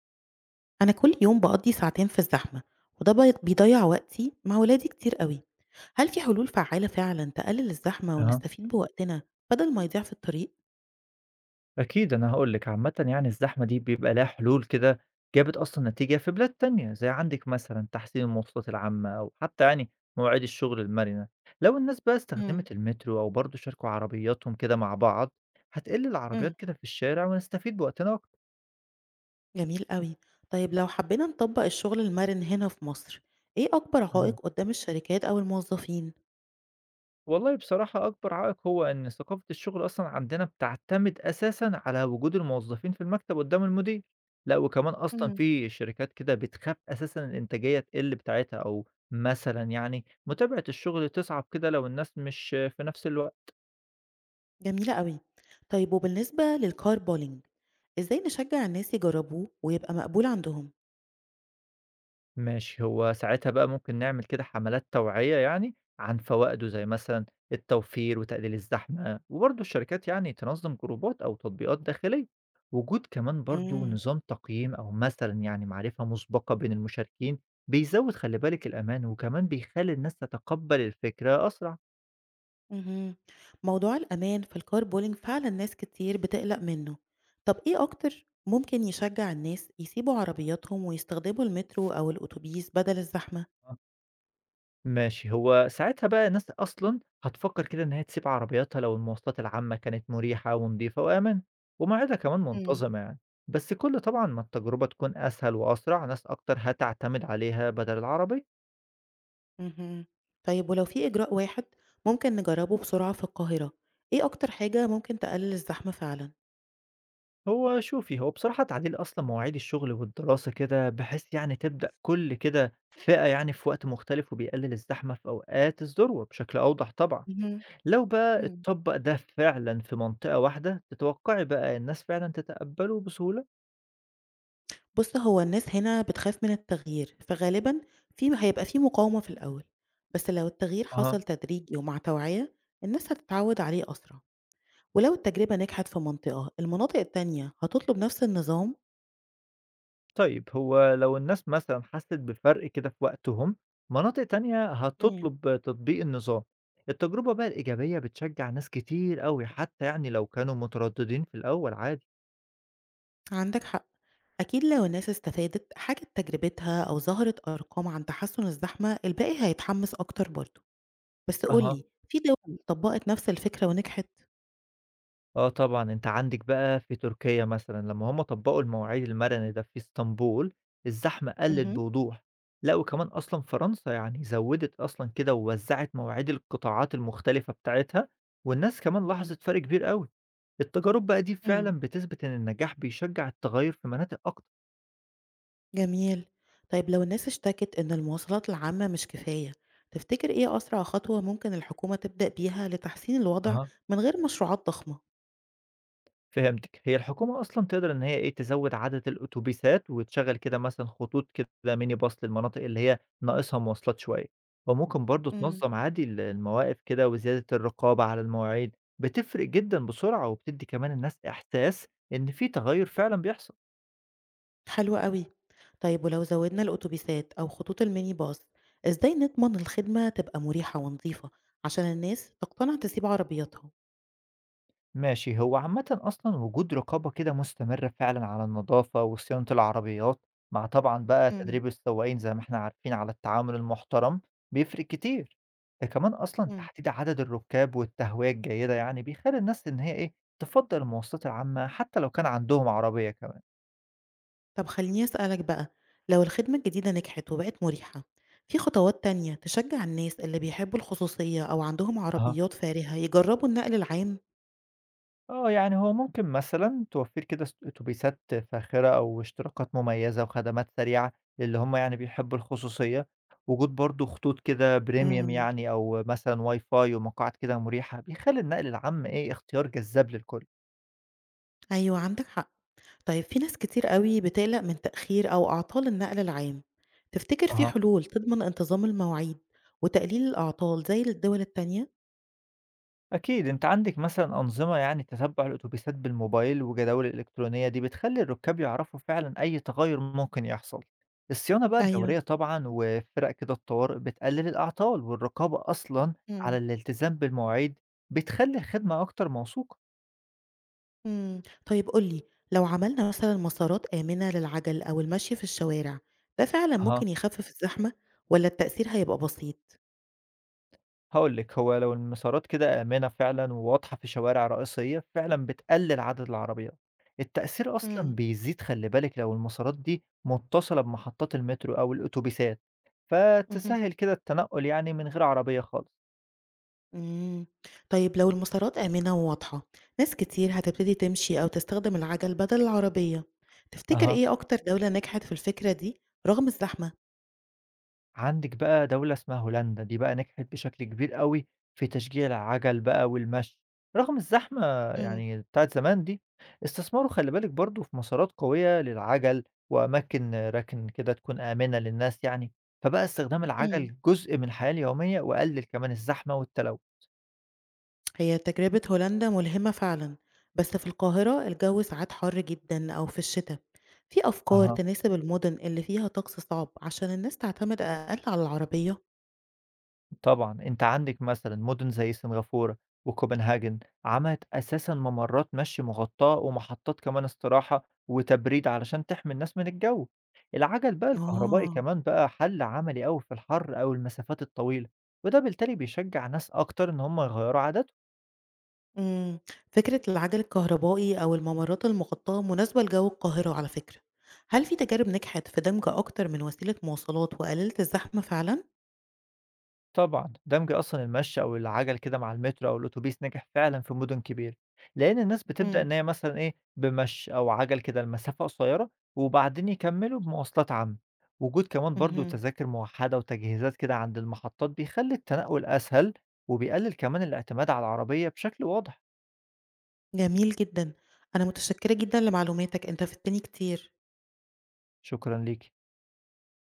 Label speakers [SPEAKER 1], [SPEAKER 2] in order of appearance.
[SPEAKER 1] أنا كل يوم بقضي ساعتين في الزحمة وده بيضيع وقتي مع ولادي كتير قوي. هل في حلول فعالة فعلا تقلل الزحمة
[SPEAKER 2] أها،
[SPEAKER 1] ونستفيد بوقتنا بدل ما يضيع في الطريق؟
[SPEAKER 2] أكيد أنا هاقول لِك، عامةً يعني الزحمة دي بيبقى ليها حلول كده جابت أصلًا نتيجة في بلاد تانية، زي عندِك مثلًا تحسين المواصلات العامة أو حتى يعني مواعيد الشغل المرنة. لو الناس بقى
[SPEAKER 1] مم.
[SPEAKER 2] استخدمت المترو أو برضه شاركوا عربياتهم كده مع بعض، هتقل
[SPEAKER 1] مم.
[SPEAKER 2] العربيات كده في الشارع ونستفيد بوقتنا أكتر.
[SPEAKER 1] جميل قوي. طيب لو حبينا نطبق الشغل المرن هنا في مصر، إيه أكبر عائق قدام الشركات أو الموظفين؟
[SPEAKER 2] والله بصراحة أكبر عائق هو إن ثقافة الشغل أصلًا عندنا بتعتمد أساسًا على وجود الموظفين في المكتب قدّام المدير، لأ وكمان أصلًا
[SPEAKER 1] مم.
[SPEAKER 2] في شركات كده بتخاف أساسًا الإنتاجية تقل بتاعتها، أو مثلًا يعني متابعة الشغل تصعب كده لو الناس مش في نفس الوقت.
[SPEAKER 1] جميلة قوي. طيب وبالنسبة للكار بولينج، إزاي نشجع الناس يجربوه ويبقى مقبول عندهم؟
[SPEAKER 2] ماشي، هو ساعتها بقى ممكن نعمل كده حملات توعية يعني عن فوائده، زي مثلًا التوفير وتقليل الزحمة، وبرضه الشركات يعني تنظم جروبات أو تطبيقات داخلية. وجود كمان برضه
[SPEAKER 1] مم.
[SPEAKER 2] نظام تقييم أو مثلًا يعني معرفة مسبقة بين المشاركين، بيزود خلّي بالك الأمان، وكمان بيخلّي الناس تتقبل الفكرة أسرع.
[SPEAKER 1] اهم. موضوع الأمان في الcar pooling فعلًا ناس كتير بتقلق منه. طب إيه أكتر ممكن يشجّع الناس يسيبوا عربياتهم ويستخدموا المترو أو الأوتوبيس بدل الزحمة؟
[SPEAKER 2] ماشي، هو ساعتها بقى الناس أصلًا هتفكّر كده إن هي تسيب عربياتها لو المواصلات العامة كانت مريحة ونضيفة وأمان، ومواعيدها كمان
[SPEAKER 1] إمم.
[SPEAKER 2] منتظمة يعني. بس كل طبعًا ما التجربة تكون أسهل وأسرع، ناس أكتر هتعتمد عليها بدل العربية.
[SPEAKER 1] اهم. طيب ولو في إجراء واحد ممكن نجرّبه بسرعة في القاهرة، إيه أكتر حاجة ممكن تقلل الزحمة فعلًا؟
[SPEAKER 2] هو شوفي، هو بصراحة تعديل أصلًا مواعيد الشغل والدراسة كده، بحيث يعني تبدأ كل كده فئة يعني في وقت مختلف، وبيقلل الزحمة في أوقات الذروة بشكل أوضح طبعًا.
[SPEAKER 1] اهم.
[SPEAKER 2] لو بقى
[SPEAKER 1] إمم.
[SPEAKER 2] اتطبّق ده فعلًا في منطقة واحدة، تتوقعي بقى الناس فعلًا تتقبله بسهولة؟
[SPEAKER 1] بُص، هو الناس هنا بتخاف من التغيير، فغالبًا هيبقى في مقاومة في الأول، بس لو التغيير
[SPEAKER 2] أها،
[SPEAKER 1] حصل تدريجي ومع توعية، الناس هتتعوّد عليه أسرع. ولو التجربة نجحت في منطقة، المناطق التانية هتطلب نفس النظام؟
[SPEAKER 2] طيب هو لو الناس مثلًا حسّت بفرق كده في وقتهم، مناطق تانية
[SPEAKER 1] امم.
[SPEAKER 2] هتطلب تطبيق النظام. التجربة بقى الإيجابية بتشجّع ناس كتير أوي، حتى يعني لو كانوا مترددين في الأول عادي.
[SPEAKER 1] عندك حق. أكيد لو الناس استفادت حاجة تجربتها أو ظهرت أرقام عن تحسن الزحمة الباقي هيتحمس أكتر برضه. بس
[SPEAKER 2] أها.
[SPEAKER 1] قولي، في دول طبقت نفس الفكرة ونجحت؟
[SPEAKER 2] آه طبعًا، أنت عندك بقى في تركيا مثلًا، لمّا هُم طبّقوا المواعيد المَرَنة ده في اسطنبول، الزحمة قلّت
[SPEAKER 1] امم.
[SPEAKER 2] بوضوح. لأ وكمان أصلًا فرنسا يعني زوّدت أصلًا كده، ووزّعت مواعيد القطاعات المختلفة بتاعتها، والناس كمان لاحظت فرق كبير أوي. التجارب بقى دي
[SPEAKER 1] امم.
[SPEAKER 2] فعلًا بتثبت إن النجاح بيشجّع التغيُّر في مناطق أكتر.
[SPEAKER 1] جميل. طيب لو الناس اشتكت إن المواصلات العامة مش كفاية، تفتكر إيه أسرع خطوة ممكن الحكومة تبدأ بيها لتحسين الوضع
[SPEAKER 2] أها.
[SPEAKER 1] من غير مشروعات ضخمة؟
[SPEAKER 2] فهمتِك، هي الحكومة أصلًا تقدر إن هي إيه، تزوّد عدد الأتوبيسات، وتشغّل كده مثلًا خطوط كده mini bus للمناطق اللي هي ناقصها مواصلات شوية. وممكن برضه تنظّم عادي المواقف كده، وزيادة الرقابة على المواعيد، بتفرق جدًا بسرعة، وبتدّي كمان الناس إحساس إن في تغيُّر فعلًا بيحصل.
[SPEAKER 1] حلو أوي. طيب ولو زوّدنا الأتوبيسات أو خطوط الميني باص، إزاي نضمن الخدمة تبقى مريحة ونظيفة عشان الناس تقتنع تسيب عربياتها؟
[SPEAKER 2] ماشي، هو عامة أصلا وجود رقابة كده مستمرة فعلا على النظافة وصيانة العربيات، مع طبعا بقى
[SPEAKER 1] امم.
[SPEAKER 2] تدريب السواقين، زي ما احنا عارفين، على التعامل المحترم، بيفرق كتير. ده كمان أصلا
[SPEAKER 1] امم.
[SPEAKER 2] تحديد عدد الركاب والتهوية الجيدة، يعني بيخلي الناس إن هي إيه تفضل المواصلات العامة حتى لو كان عندهم عربية كمان.
[SPEAKER 1] طب خلّيني أسألك بقى، لو الخدمة الجديدة نجحت وبقت مريحة، في خطوات تانية تشجع الناس اللي بيحبوا الخصوصية أو عندهم
[SPEAKER 2] أها.
[SPEAKER 1] عربيات فارهة يجربوا النقل العام؟
[SPEAKER 2] آه، يعني هو ممكن مثلًا توفّري كده أتوبيسات فاخرة أو اشتراكات مميّزة وخدمات سريعة، للي هم يعني بيحبّوا الخصوصية. وجود برضه خطوط كده Premium
[SPEAKER 1] امم.
[SPEAKER 2] يعني، أو مثلًا WiFi ومقاعد كده مُريحة، بيخلّي النقل العام إيه، اختيار جذّاب للكل.
[SPEAKER 1] أيوه عندك حق. طيب في ناس كتير أوي بتقلق من تأخير أو أعطال النقل العام، تفتكر في
[SPEAKER 2] أها.
[SPEAKER 1] حلول تضمن انتظام المواعيد وتقليل الأعطال زي الدول التانية؟
[SPEAKER 2] أكيد أنت عندك مثلا أنظمة يعني تتبع الأتوبيسات بالموبايل، وجداول الإلكترونية دي بتخلي الركاب يعرفوا فعلا أي تغير ممكن يحصل. الصيانة بقى
[SPEAKER 1] أيوة.
[SPEAKER 2] الدورية طبعا، وفرق كده الطوارئ بتقلل الأعطال، والرقابة أصلا على
[SPEAKER 1] مم.
[SPEAKER 2] الالتزام بالمواعيد بتخلي الخدمة أكتر موثوقة.
[SPEAKER 1] مم. طيب قولي، لو عملنا مثلا مسارات آمنة للعجل أو المشي في الشوارع، ده فعلا
[SPEAKER 2] أها.
[SPEAKER 1] ممكن يخفف الزحمة ولا التأثير هيبقى بسيط؟
[SPEAKER 2] هقولك، هو لو المسارات كده آمنة فعلا وواضحة في شوارع رئيسية، فعلا بتقلل عدد العربيات. التأثير أصلا
[SPEAKER 1] مم.
[SPEAKER 2] بيزيد، خلي بالك، لو المسارات دي متصلة بمحطات المترو أو الأتوبيسات،
[SPEAKER 1] مهم.
[SPEAKER 2] فتسهّل كده التنقُّل يعني من غير عربية خالص.
[SPEAKER 1] إمم. طيب لو المسارات آمنة وواضحة، ناس كتير هتبتدي تمشي أو تستخدم العَجَل بدل العربية، تفتكر
[SPEAKER 2] أها.
[SPEAKER 1] إيه أكتر دولة نجحت في الفكرة دي رغم الزحمة؟
[SPEAKER 2] عندِك بقى دولة اسمها هولندا، دي بقى نجحت بشكل كبير أوي في تشجيع العَجَل بقى والمشي، رغم الزحمة
[SPEAKER 1] إمم.
[SPEAKER 2] يعني بتاعة زمان دي. استثمروا خلّي بالِك برضه في مسارات قوية للعَجَل، وأماكن راكن كده تكون آمنة للناس يعني، فبقى استخدام
[SPEAKER 1] إمم.
[SPEAKER 2] العَجَل جزء من الحياة اليومية، وقلِّل كمان الزحمة والتلوث.
[SPEAKER 1] هي تجربة هولندا ملهمة فعلًا، بس في القاهرة الجو ساعات حَر جدًا أو في الشتا. في أفكار
[SPEAKER 2] أها.
[SPEAKER 1] تناسب المدن اللي فيها طقس صعب عشان الناس تعتمد أقل على العربية؟
[SPEAKER 2] طبعًا، أنت عندك مثلًا مدن زي سنغافورة وكوبنهاجن، عملت أساسًا ممرات مشي مغطاة، ومحطات كمان استراحة وتبريد، علشان تحمي الناس من الجو. العجل بقى الكهربائي
[SPEAKER 1] آه.
[SPEAKER 2] كمان بقى حل عملي أوي في الحر أو المسافات الطويلة، وده بالتالي بيشجع ناس أكتر إن هم يغيروا عاداتهم.
[SPEAKER 1] إمم. فكرة العجل الكهربائي أو الممرات المغطاة مناسبة لجو القاهرة على فكرة. هل في تجارب نجحت في دمج أكتر من وسيلة مواصلات وقللت الزحمة فعلًا؟
[SPEAKER 2] طبعًا، دمج أصلًا المشي أو العَجَل كده مع المترو أو الأوتوبيس نجح فعلًا في مدن كبيرة، لإن الناس بتبدأ
[SPEAKER 1] إمم.
[SPEAKER 2] إن هي مثلًا إيه، بمشي أو عَجَل كده لمسافة قصيرة، وبعدين يكمّلوا بمواصلات عامة. وجود كمان برضه
[SPEAKER 1] اهم.
[SPEAKER 2] تذاكر موحّدة وتجهيزات كده عند المحطات بيخلّي التنقل أسهل، وبيقلل كمان الاعتماد على العربية بشكل واضح.
[SPEAKER 1] جميل جدًا، أنا متشكرة جدًا لمعلوماتك، أنت فدتني كتير.
[SPEAKER 2] شكرًا ليكِ.